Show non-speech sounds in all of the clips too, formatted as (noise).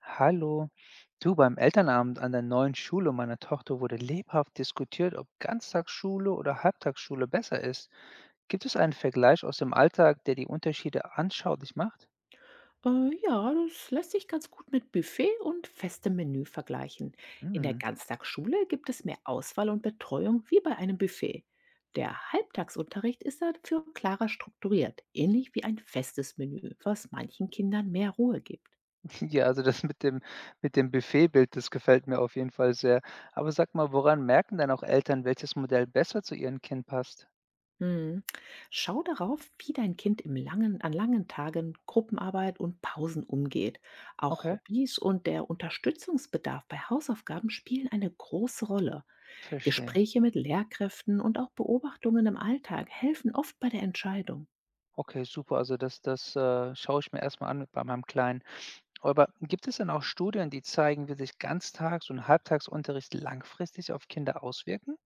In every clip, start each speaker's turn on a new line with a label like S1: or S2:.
S1: Hallo. Du, beim Elternabend an der neuen Schule meiner Tochter wurde lebhaft diskutiert, ob Ganztagsschule oder Halbtagsschule besser ist. Gibt es einen Vergleich aus dem Alltag, der die Unterschiede anschaulich macht?
S2: Ja, das lässt sich ganz gut mit Buffet und festem Menü vergleichen. In der
S1: Hm.
S2: Ganztagsschule gibt es mehr Auswahl und Betreuung wie bei einem Buffet. Der Halbtagsunterricht ist dafür klarer strukturiert, ähnlich wie ein festes Menü, was manchen Kindern mehr Ruhe gibt.
S1: (laughs) Ja, also mit dem Buffetbild, das gefällt mir auf jeden Fall sehr. Aber sag mal, woran merken denn auch Eltern, welches Modell besser zu ihrem Kind passt?
S2: Hm. Schau darauf, wie dein Kind an langen Tagen Gruppenarbeit und Pausen umgeht. Auch
S1: Okay,
S2: Hobbys und der Unterstützungsbedarf bei Hausaufgaben spielen eine große Rolle.
S1: verstehe.
S2: Gespräche mit Lehrkräften und auch Beobachtungen im Alltag helfen oft bei der Entscheidung.
S1: Okay, super. Also das, das schaue ich mir erstmal an bei meinem Kleinen. Aber gibt es denn auch Studien, die zeigen, wie sich Ganztags- und Halbtagsunterricht langfristig auf Kinder auswirken?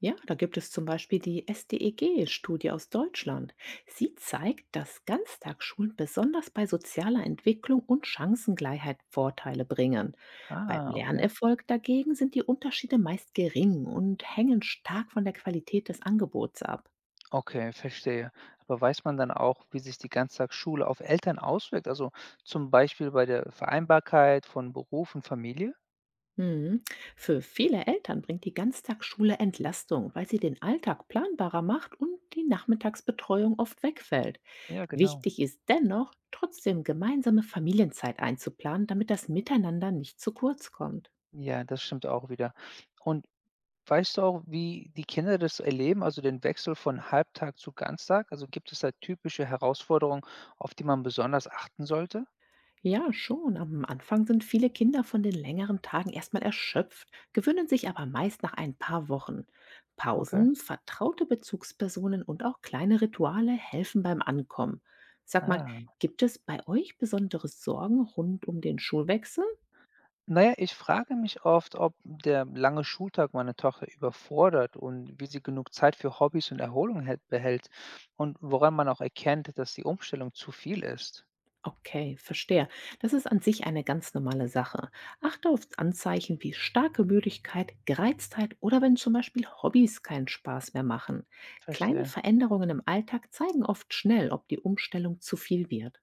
S2: Ja, da gibt es zum Beispiel die SDEG-Studie aus Deutschland. Sie zeigt, dass Ganztagsschulen besonders bei sozialer Entwicklung und Chancengleichheit Vorteile bringen. Beim
S1: Ah, okay.
S2: Lernerfolg dagegen sind die Unterschiede meist gering und hängen stark von der Qualität des Angebots ab.
S1: Okay, verstehe. Aber weiß man dann auch, wie sich die Ganztagsschule auf Eltern auswirkt? Also zum Beispiel bei der Vereinbarkeit von Beruf und Familie?
S2: Mhm. Für viele Eltern bringt die Ganztagsschule Entlastung, weil sie den Alltag planbarer macht und die Nachmittagsbetreuung oft wegfällt.
S1: Ja, genau.
S2: Wichtig ist dennoch, trotzdem gemeinsame Familienzeit einzuplanen, damit das Miteinander nicht zu kurz kommt.
S1: Ja, das stimmt auch wieder. Und weißt du auch, wie die Kinder das erleben, also den Wechsel von Halbtag zu Ganztag? Also gibt es da typische Herausforderungen, auf die man besonders achten sollte?
S2: Ja, schon. Am Anfang sind viele Kinder von den längeren Tagen erstmal erschöpft, gewöhnen sich aber meist nach ein paar Wochen.
S1: Okay.
S2: Pausen, vertraute Bezugspersonen und auch kleine Rituale helfen beim Ankommen. Sag mal,
S1: Ah.
S2: gibt es bei euch besondere Sorgen rund um den Schulwechsel?
S1: Na ja, ich frage mich oft, ob der lange Schultag meine Tochter überfordert und wie sie genug Zeit für Hobbys und Erholung hält, behält und woran man auch erkennt, dass die Umstellung zu viel ist.
S2: Okay, verstehe. Das ist an sich eine ganz normale Sache. Achte auf Anzeichen wie starke Müdigkeit, Gereiztheit oder wenn zum Beispiel Hobbys keinen Spaß mehr machen. Kleine
S1: Verstehe.
S2: Veränderungen im Alltag zeigen oft schnell, ob die Umstellung zu viel wird.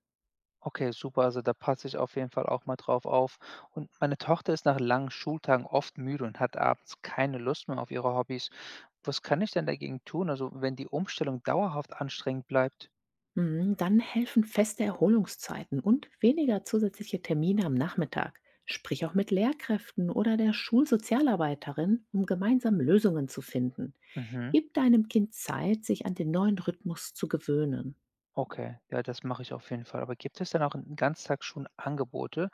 S1: Okay, super. Also da passe ich auf jeden Fall auch mal drauf auf. Und meine Tochter ist nach langen Schultagen oft müde und hat abends keine Lust mehr auf ihre Hobbys. Was kann ich denn dagegen tun? Also wenn die Umstellung dauerhaft anstrengend bleibt?
S2: Mhm, dann helfen feste Erholungszeiten und weniger zusätzliche Termine am Nachmittag. Sprich auch mit Lehrkräften oder der Schulsozialarbeiterin, um gemeinsam Lösungen zu finden.
S1: Mhm.
S2: Gib deinem Kind Zeit, sich an den neuen Rhythmus zu gewöhnen.
S1: Okay, ja, das mache ich auf jeden Fall. Aber gibt es dann auch in Ganztagsschulen Angebote,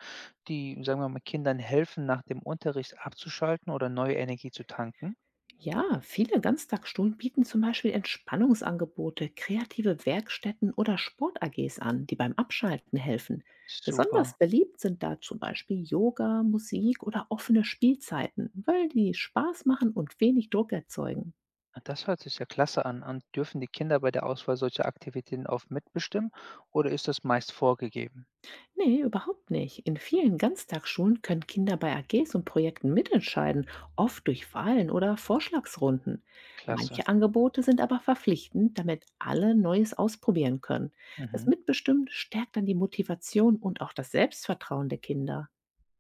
S1: die, sagen wir mal, Kindern helfen, nach dem Unterricht abzuschalten oder neue Energie zu tanken?
S2: Ja, viele Ganztagsschulen bieten zum Beispiel Entspannungsangebote, kreative Werkstätten oder Sport-AGs an, die beim Abschalten helfen. Besonders
S1: Super.
S2: beliebt sind da zum Beispiel Yoga, Musik oder offene Spielzeiten, weil die Spaß machen und wenig Druck erzeugen.
S1: Na, das hört sich ja klasse an. Und dürfen die Kinder bei der Auswahl solcher Aktivitäten oft mitbestimmen oder ist das meist vorgegeben?
S2: Nee, überhaupt nicht. In vielen Ganztagsschulen können Kinder bei AGs und Projekten mitentscheiden, oft durch Wahlen oder Vorschlagsrunden.
S1: Klasse.
S2: Manche Angebote sind aber verpflichtend, damit alle Neues ausprobieren können. Das
S1: Mhm.
S2: Mitbestimmen stärkt dann die Motivation und auch das Selbstvertrauen der Kinder.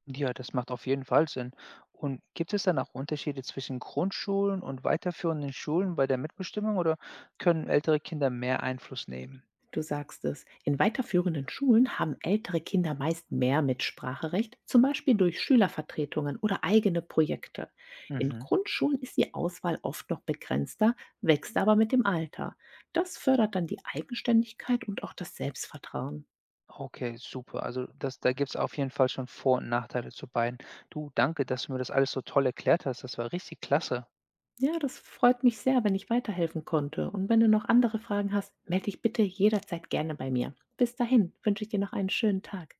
S1: Ja, das macht auf jeden Fall Sinn. Und gibt es dann auch Unterschiede zwischen Grundschulen und weiterführenden Schulen bei der Mitbestimmung oder können ältere Kinder mehr Einfluss nehmen?
S2: Du sagst es. In weiterführenden Schulen haben ältere Kinder meist mehr Mitspracherecht, zum Beispiel durch Schülervertretungen oder eigene Projekte. In
S1: Mhm.
S2: Grundschulen ist die Auswahl oft noch begrenzter, wächst aber mit dem Alter. Das fördert dann die Eigenständigkeit und auch das Selbstvertrauen.
S1: Okay, super. Also das da gibt's auf jeden Fall schon Vor und Nachteile zu beiden. Du, danke, dass du mir das alles so toll erklärt hast. Das war richtig klasse.
S2: Ja, das freut mich sehr, wenn ich weiterhelfen konnte. Und wenn du noch andere Fragen hast, melde dich bitte jederzeit gerne bei mir. Bis dahin wünsche ich dir noch einen schönen Tag.